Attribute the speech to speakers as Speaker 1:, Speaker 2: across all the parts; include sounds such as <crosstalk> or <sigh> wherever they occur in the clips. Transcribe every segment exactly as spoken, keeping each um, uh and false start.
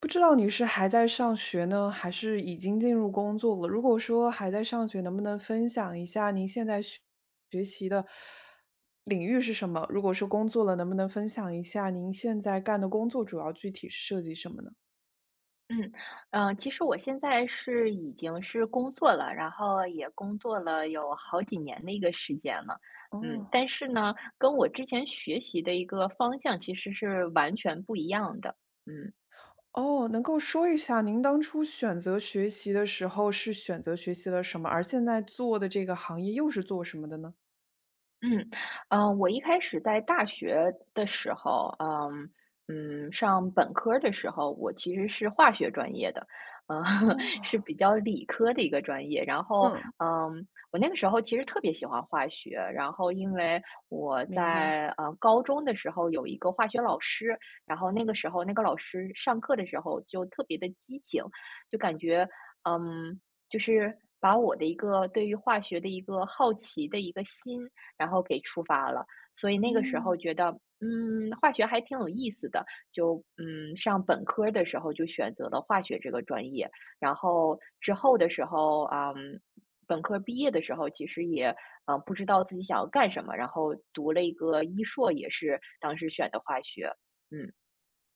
Speaker 1: 不知道你是还在上学呢，还是已经进入工作了？如果说还在上学，能不能分享一下您现在学学习的领域是什么？如果是工作了，能不能分享一下您现在干的工作主要具体是涉及什么呢？
Speaker 2: 嗯，呃，其实我现在是已经是工作了，然后也工作了有好几年的一个时间了，嗯，
Speaker 1: 哦
Speaker 2: 但是呢，跟我之前学习的一个方向其实是完全不一样的，嗯。
Speaker 1: 哦，能够说一下您当初选择学习的时候是选择学习了什么，而现在做的这个行业又是做什么的呢？
Speaker 2: 嗯，呃，我一开始在大学的时候，嗯嗯，上本科儿的时候，我其实是化学专业的，呃，<laughs>
Speaker 1: 哦。
Speaker 2: 是比较理科的一个专业。然后，
Speaker 1: 嗯，
Speaker 2: 嗯，我那个时候其实特别喜欢化学，然后因为我
Speaker 1: 明白，
Speaker 2: 在呃高中的时候有一个化学老师，然后那个时候那个老师上课的时候就特别的激情，就感觉嗯，就是把我的一个对于化学的一个好奇的一个心。然后给触发了。所以那个时候
Speaker 1: 嗯。
Speaker 2: 觉得，嗯，化学还挺有意思的，就嗯，上本科的时候就选择了化学这个专业，然后之后的时候，嗯，本科毕业的时候，其实也呃不知道自己想要干什么，然后读了一个医硕，也是当时选的化学，嗯。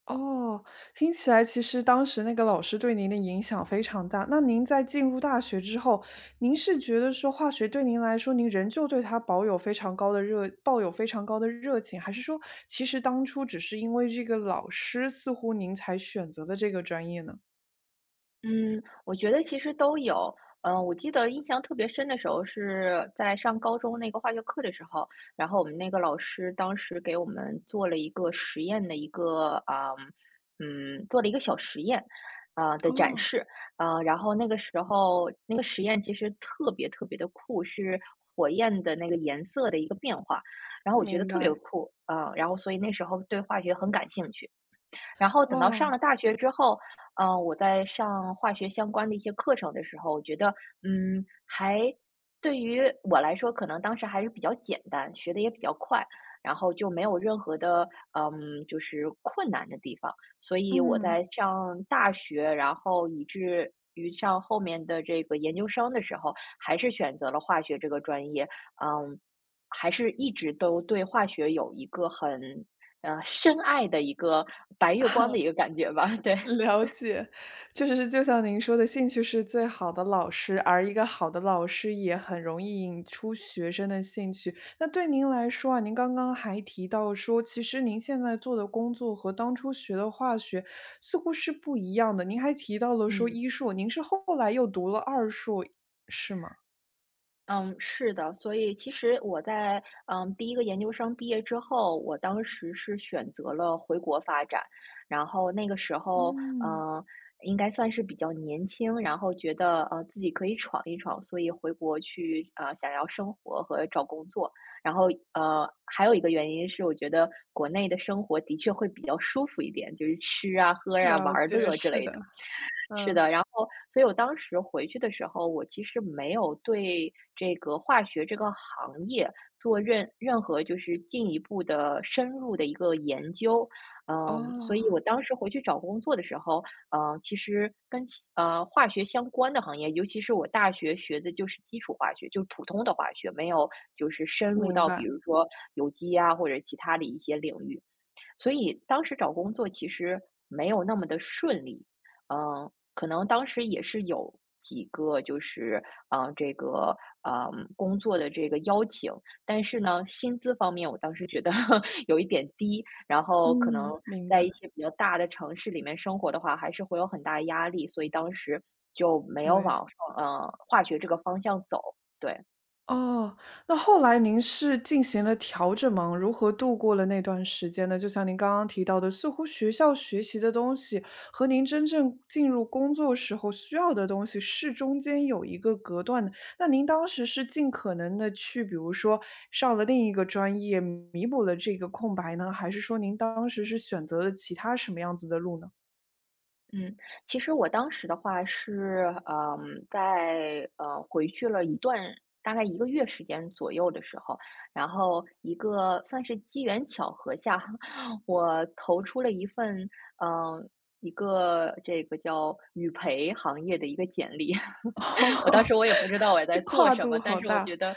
Speaker 1: 哦，听起来其实当时那个老师对您的影响非常大。那您在进入大学之后，您是觉得说化学对您来说，您仍旧对它保有非常高的热，抱有非常高的热情，还是说其实当初只是因为这个老师，似乎您才选择了这个专业呢？
Speaker 2: 嗯，我觉得其实都有。嗯呃，我记得印象特别深的时候是在上高中那个化学课的时候，然后我们那个老师当时给我们做了一个实验的一个啊，嗯，做了一个小实验，啊的展
Speaker 1: 哦，
Speaker 2: 示，呃，然后那个时候那个实验其实特别特别的酷，是火焰的那个颜色的一个变化，然后我觉得
Speaker 1: 明
Speaker 2: 特别
Speaker 1: 白。
Speaker 2: 酷，啊，然后所以那时候对化学很感兴趣。然后等到
Speaker 1: 哦，
Speaker 2: 上了大学之后，嗯，我在上化学相关的一些课程的时候，我觉得，嗯，还对于我来说，可能当时还是比较简单，学的也比较快，然后就没有任何的，嗯，就是困难的地方。所以我
Speaker 1: 嗯。
Speaker 2: 在上大学，然后以至于上后面的这个研究生的时候，还是选择了化学这个专业，嗯，还是一直都对化学有一个很呃，深爱的一个白月光的一个感觉吧，<laughs> 对。
Speaker 1: 了解，确实是就像您说的，兴趣是最好的老师，而一个好的老师也很容易引出学生的兴趣。那对您来说啊，您刚刚还提到说，其实您现在做的工作和当初学的化学似乎是不一样的。您还提到了说
Speaker 2: 嗯，
Speaker 1: 医硕，您是后来又读了二硕，是吗？
Speaker 2: 嗯，是的，所以其实我在嗯第一个研究生毕业之后，我当时是选择了回国发展，然后那个时候，
Speaker 1: 嗯，
Speaker 2: 嗯、应该算是比较年轻，然后觉得呃自己可以闯一闯，所以回国去呃想要生活和找工作，然后呃还有一个原因是我觉得国内的生活的确会比较舒服一点，就是吃啊喝啊玩
Speaker 1: 了
Speaker 2: 儿
Speaker 1: 解，
Speaker 2: 乐之
Speaker 1: 是
Speaker 2: 类
Speaker 1: 的，
Speaker 2: 的。是
Speaker 1: 嗯，
Speaker 2: 的，然后所以我当时回去的时候，我其实没有对这个化学这个行业做任任何就是进一步的深入的一个研究。嗯，所以
Speaker 1: 哦，
Speaker 2: 我当时回去找工作的时候，嗯，其实跟其呃化学相关的行业，尤其是我大学学的就是基础化学，就是普通的化学，没有就是深入
Speaker 1: 明
Speaker 2: 到比
Speaker 1: 白，
Speaker 2: 如说有机啊或者其他的一些领域。所以当时找工作其实没有那么的顺利，嗯，可能当时也是有几个就是，嗯呃这个嗯，呃，工作的这个邀请，但是呢，薪资方面我当时觉得 <laughs> 有一点低，然后可能
Speaker 1: 嗯。明
Speaker 2: 在
Speaker 1: 白，
Speaker 2: 一些比较大的城市里面生活的话，还是会有很大压力，所以当时就没有
Speaker 1: 对。
Speaker 2: 往，嗯呃化学这个方向走，对。
Speaker 1: 哦，那后来您是进行了调整吗？如何度过了那段时间呢？就像您刚刚提到的，似乎学校学习的东西和您真正进入工作时候需要的东西是中间有一个隔断的。那您当时是尽可能的去，比如说上了另一个专业，弥补了这个空白呢？还是说您当时是选择了其他什么样子的路呢？
Speaker 2: 嗯，其实我当时的话是，嗯，在呃回去了一段大概一个月时间左右的时候，然后一个算是机缘巧合下，<laughs> 我投出了一份嗯、呃一个这个叫语培行业的一个简历，<laughs>
Speaker 1: <laughs>
Speaker 2: 我当
Speaker 1: 哦，
Speaker 2: 时我也不知道我
Speaker 1: 这
Speaker 2: 在做
Speaker 1: 跨
Speaker 2: 什么，
Speaker 1: 度
Speaker 2: 但
Speaker 1: 好
Speaker 2: 是我觉
Speaker 1: 大。
Speaker 2: 得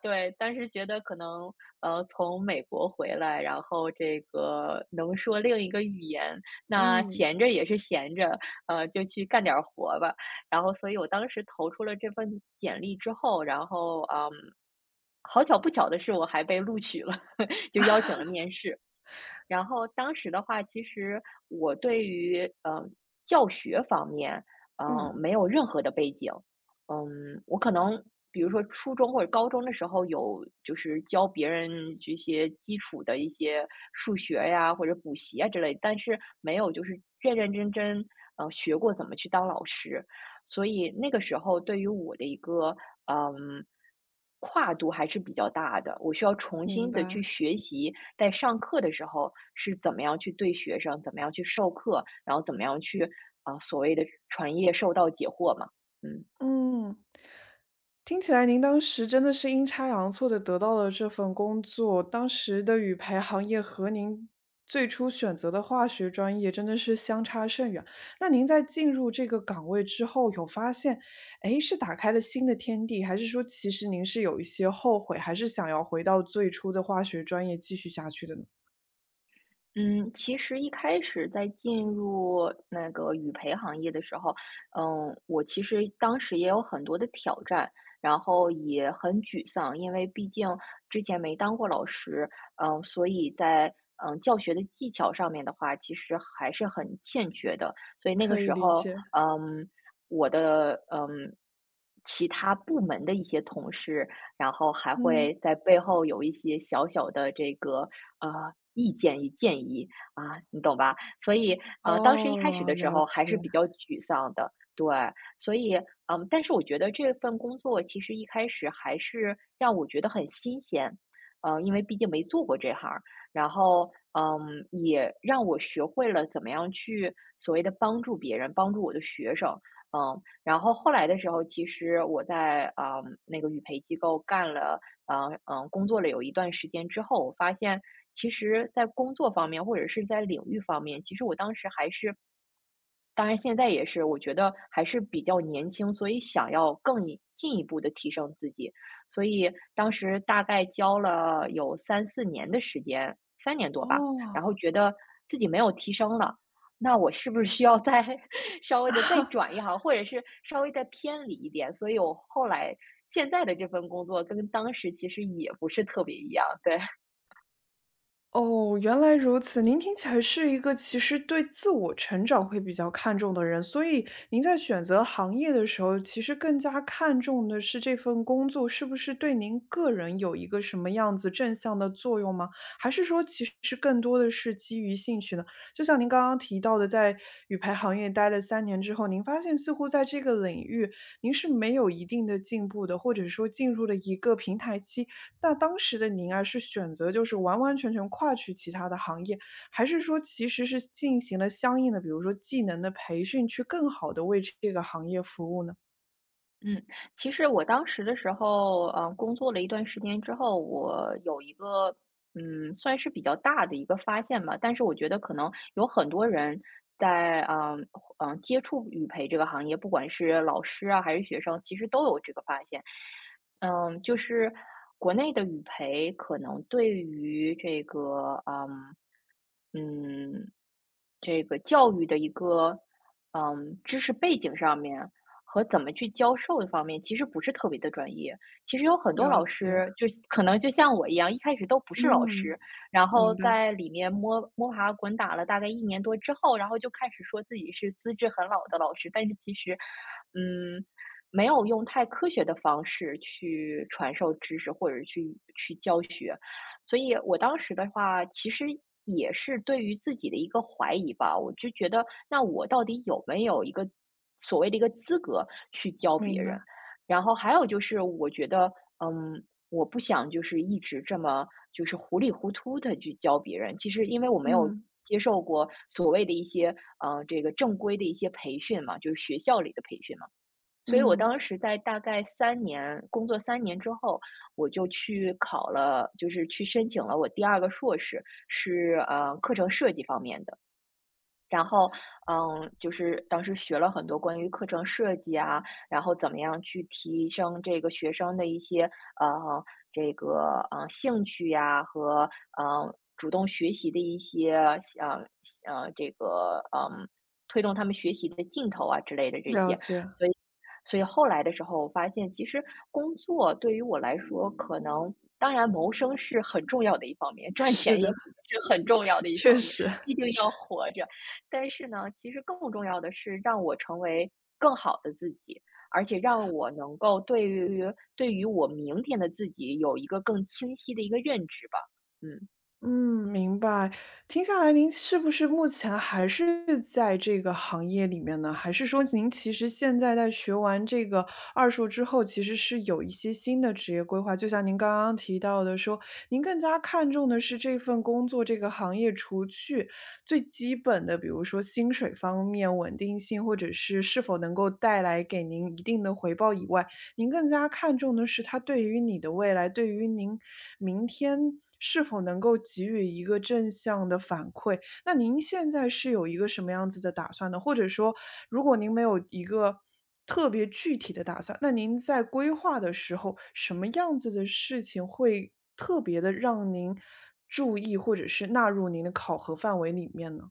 Speaker 2: 对，当时觉得可能，呃，从美国回来，然后这个能说另一个语言，那
Speaker 1: 嗯
Speaker 2: 闲着也是闲着，呃，就去干点儿活吧。然后所以我当时投出了这份简历之后，然后，嗯，好巧不巧的是我还被录取了，<laughs> 就邀请了面试。然后当时的话，其实我对于呃教学方面，嗯、呃
Speaker 1: 嗯，
Speaker 2: 没有任何的背景。嗯，我可能比如说初中或者高中的时候有，就是教别人这些基础的一些数学呀，或者补习啊之类，但是没有就是认认真真呃学过怎么去当老师。所以那个时候对于我的一个嗯跨度还是比较大的，我需要重
Speaker 1: 明
Speaker 2: 新的去
Speaker 1: 白。
Speaker 2: 学习，在上课的时候是怎么样去对学生，怎么样去授课，然后怎么样去啊、呃所谓的传业授道解惑嘛，嗯。
Speaker 1: 嗯，听起来您当时真的是阴差阳错的得到了这份工作，当时的语培行业和您最初选择的化学专业真的是相差甚远。那您在进入这个岗位之后，有发现，诶，是打开了新的天地，还是说其实您是有一些后悔，还是想要回到最初的化学专业继续下去的呢？
Speaker 2: 嗯，其实一开始在进入那个语培行业的时候，嗯，我其实当时也有很多的挑战，然后也很沮丧，因为毕竟之前没当过老师，嗯，所以在嗯教学的技巧上面的话，其实还是很欠缺的。所以那个
Speaker 1: 可以
Speaker 2: 时
Speaker 1: 理
Speaker 2: 候，
Speaker 1: 解，
Speaker 2: 嗯，我的嗯其他部门的一些同事，然后还
Speaker 1: 嗯，
Speaker 2: 会在背后有一些小小的这个呃意见与建议啊，你懂吧？所以呃，当时一开始
Speaker 1: 哦，
Speaker 2: 的时
Speaker 1: 了
Speaker 2: 候还
Speaker 1: 解，
Speaker 2: 是比较沮丧的，对，所以嗯，但是我觉得这份工作其实一开始还是让我觉得很新鲜，呃，因为毕竟没做过这行儿，然后嗯，也让我学会了怎么样去所谓的帮助别人，帮助我的学生。嗯，然后后来的时候，其实我在啊、那个语培机构干了，呃嗯、工作了有一段时间之后，我发现其实在工作方面或者是在领域方面，其实我当时还是当然现在也是，我觉得还是比较年轻，所以想要更一进一步的提升自己。所以当时大概教了有三四年的时间三年多吧，然后
Speaker 1: 哦。
Speaker 2: 觉得自己没有提升了，那我是不是需要再 <laughs> 稍微的再转一行，或者是稍微再偏离一点，所以我后来现在的这份工作跟当时其实也不是特别一样，对。
Speaker 1: 哦，原来如此。您听起来是一个其实对自我成长会比较看重的人，所以您在选择行业的时候，其实更加看重的是这份工作是不是对您个人有一个什么样子正向的作用吗？还是说其实更多的是基于兴趣呢？就像您刚刚提到的，在语牌行业待了三年之后，您发现似乎在这个领域您是没有一定的进步的，或者说进入了一个平台期，那当时的您啊，是选择就是完完全全跨去其他的行业，还是说其实是进行了相应的，比如说技能的培训，去更好的为这个行业服务呢？
Speaker 2: 嗯，其实我当时的时候，嗯，工作了一段时间之后，我有一个，嗯，算是比较大的一个发现吧。但是我觉得可能有很多人在，嗯嗯，呃接触语培这个行业，不管是老师啊还是学生，其实都有这个发现。嗯，就是国内的语培可能对于这个，嗯嗯，这个教育的一个，嗯，知识背景上面。和怎么去教授的方面，其实不是特别的专业。其实有很多
Speaker 1: 了
Speaker 2: 老
Speaker 1: 解，
Speaker 2: 师，就是可能就像我一样，一开始都不是老师，
Speaker 1: 嗯，
Speaker 2: 然后
Speaker 1: 明白，
Speaker 2: 在里面摸摸爬滚打了大概一年多之后，然后就开始说自己是资质很老的老师，但是其实，嗯，没有用太科学的方式去传授知识或者去去教学，所以我当时的话，其实也是对于自己的一个怀疑吧，我就觉得那我到底有没有一个所谓的一个资格去教别
Speaker 1: 明白，
Speaker 2: 人？然后还有就是我觉得，嗯，我不想就是一直这么就是糊里糊涂的去教别人。其实因为我没有
Speaker 1: 嗯，
Speaker 2: 接受过所谓的一些，呃，这个正规的一些培训嘛，就是学校里的培训嘛。所以我
Speaker 1: 嗯，
Speaker 2: 当时在大概三年工作三年之后，我就去考了就是去申请了我第二个硕士，是，呃，课程设计方面的。然后，嗯，就是当时学了很多关于课程设计啊，然后怎么样去提升这个学生的一些呃这个呃兴趣呀、和呃主动学习的一些呃呃这个嗯推动他们学习的劲头啊之类的这
Speaker 1: 了
Speaker 2: 些，
Speaker 1: 解，
Speaker 2: 所
Speaker 1: <laughs>
Speaker 2: 以所以后来的时候，我发现其实工作对于我来说，可能当然谋生是很重要的一方面，赚
Speaker 1: 是
Speaker 2: 钱
Speaker 1: 的，
Speaker 2: 也肯定是很重要的一
Speaker 1: 确
Speaker 2: 方面，
Speaker 1: 实。
Speaker 2: 毕定要活着。但是呢，其实更重要的是让我成为更好的自己，而且让我能够对于对于我明天的自己有一个更清晰的一个认知吧。嗯。
Speaker 1: 嗯，明白。听下来您是不是目前还是在这个行业里面呢？还是说您其实现在在学完这个二硕之后，其实是有一些新的职业规划？就像您刚刚提到的说，您更加看重的是这份工作这个行业，除去最基本的，比如说薪水方面、稳定性，或者是是否能够带来给您一定的回报以外，您更加看重的是他对于你的未来，对于您明天是否能够给予一个正向的反馈。那您现在是有一个什么样子的打算呢？或者说，如果您没有一个特别具体的打算，那您在规划的时候，什么样子的事情会特别的让您注意，或者是纳入您的考核范围里面呢？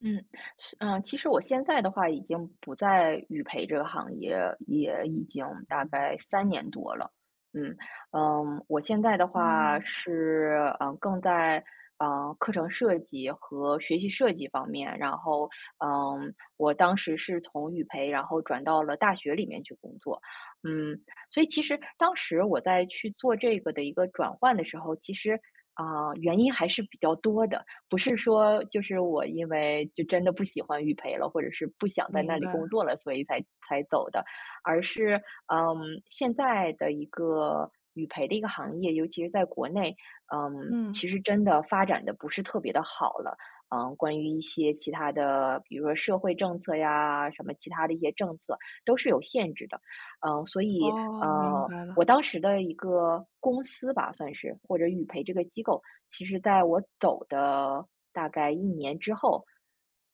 Speaker 2: 嗯，是嗯，其实我现在的话已经不在语培这个行业，也已经大概三年多了。嗯嗯，我现在的话
Speaker 1: 哦，
Speaker 2: 是嗯，更在嗯课程设计和学习设计方面，然后嗯，我当时是从语培，然后转到了大学里面去工作。嗯，所以其实当时我在去做这个的一个转换的时候，其实啊，呃原因还是比较多的。不是说就是我因为就真的不喜欢育培了，或者是不想在那
Speaker 1: 明
Speaker 2: 里
Speaker 1: 白，
Speaker 2: 工作了，所以才才走的，而是嗯，现在的一个育培的一个行业，尤其是在国内，嗯，
Speaker 1: 嗯。
Speaker 2: 其实真的发展的不是特别的好了。嗯，关于一些其他的，比如说社会政策呀，什么其他的一些政策，都是有限制的。嗯，所以
Speaker 1: 哦，明
Speaker 2: 呃，
Speaker 1: 白
Speaker 2: 我
Speaker 1: 了，
Speaker 2: 当时的一个公司吧，算是或者语培这个机构，其实在我走的大概一年之后，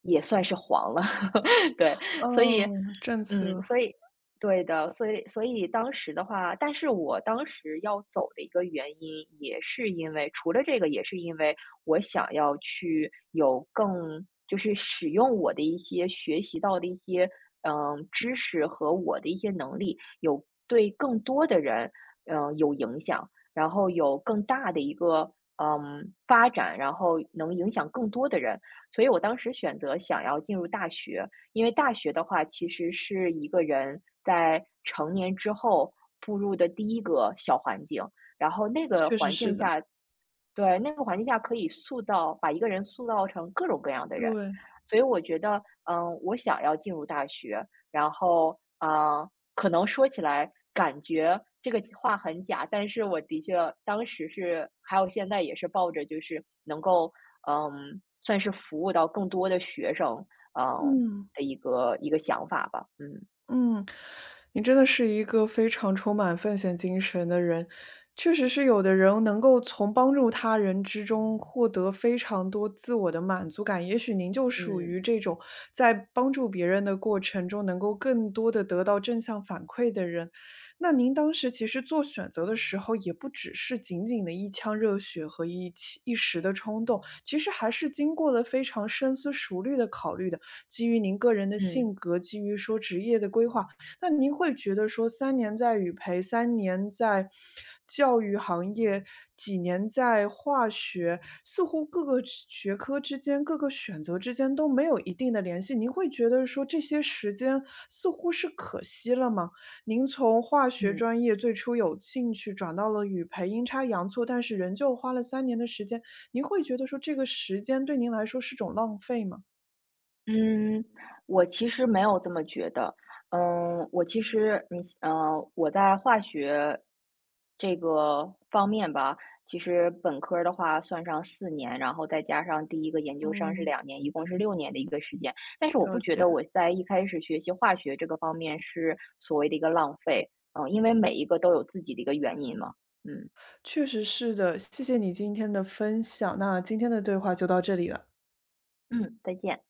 Speaker 2: 也算是黄了，<laughs> 对，所以，
Speaker 1: 嗯，政
Speaker 2: 嗯，
Speaker 1: 策，
Speaker 2: 所以对的，所以所以当时的话，但是我当时要走的一个原因，也是因为除了这个，也是因为我想要去有更就是使用我的一些学习到的一些嗯知识和我的一些能力，有对更多的人嗯有影响，然后有更大的一个嗯发展，然后能影响更多的人，所以我当时选择想要进入大学。因为大学的话，其实是一个人在成年之后步入的第一个小环境，然后那个
Speaker 1: 确实
Speaker 2: 环
Speaker 1: 是
Speaker 2: 境
Speaker 1: 的。
Speaker 2: 下，对，那个环境下可以塑造把一个人塑造成各种各样的人。
Speaker 1: 对，
Speaker 2: 所以我觉得，嗯，我想要进入大学，然后，嗯，可能说起来感觉这个话很假，但是我的确当时是，还有现在也是抱着就是能够，嗯，算是服务到更多的学生，嗯，
Speaker 1: 嗯
Speaker 2: 的一个一个想法吧。嗯
Speaker 1: 嗯，你真的是一个非常充满奉献精神的人。确实是有的人能够从帮助他人之中获得非常多自我的满足感，也许您就属
Speaker 2: 嗯
Speaker 1: 于这种在帮助别人的过程中能够更多的得到正向反馈的人。那您当时其实做选择的时候，也不只是仅仅的一腔热血和一起一时的冲动，其实还是经过了非常深思熟虑的考虑的。基于您个人的
Speaker 2: 嗯
Speaker 1: 性格，基于说职业的规划，那您会觉得说三年在语培三年在教育行业，几年在化学，似乎各个学学科之间、各个选择之间都没有一定的联系，您会觉得说这些时间似乎是可惜了吗？您从化学
Speaker 2: 嗯。
Speaker 1: 专业最初有兴趣转到了语培，阴差阳错，但是仍旧花了三年的时间，您会觉得说这个时间对您来说是种浪费吗？
Speaker 2: 嗯，我其实没有这么觉得。嗯，我其实你呃，我在化学这个方面吧，其实本科儿的话算上四年，然后再加上第一个研究生是
Speaker 1: 嗯。
Speaker 2: 两年，一共是六年的一个时间。但是我不
Speaker 1: 了
Speaker 2: 觉
Speaker 1: 解，
Speaker 2: 得我在一开始学习化学这个方面是所谓的一个浪费，嗯，因为每一个都有自己的一个原因嘛。嗯
Speaker 1: 确实是的，谢谢你今天的分享，那今天的对话就到这里了。
Speaker 2: 嗯，再见。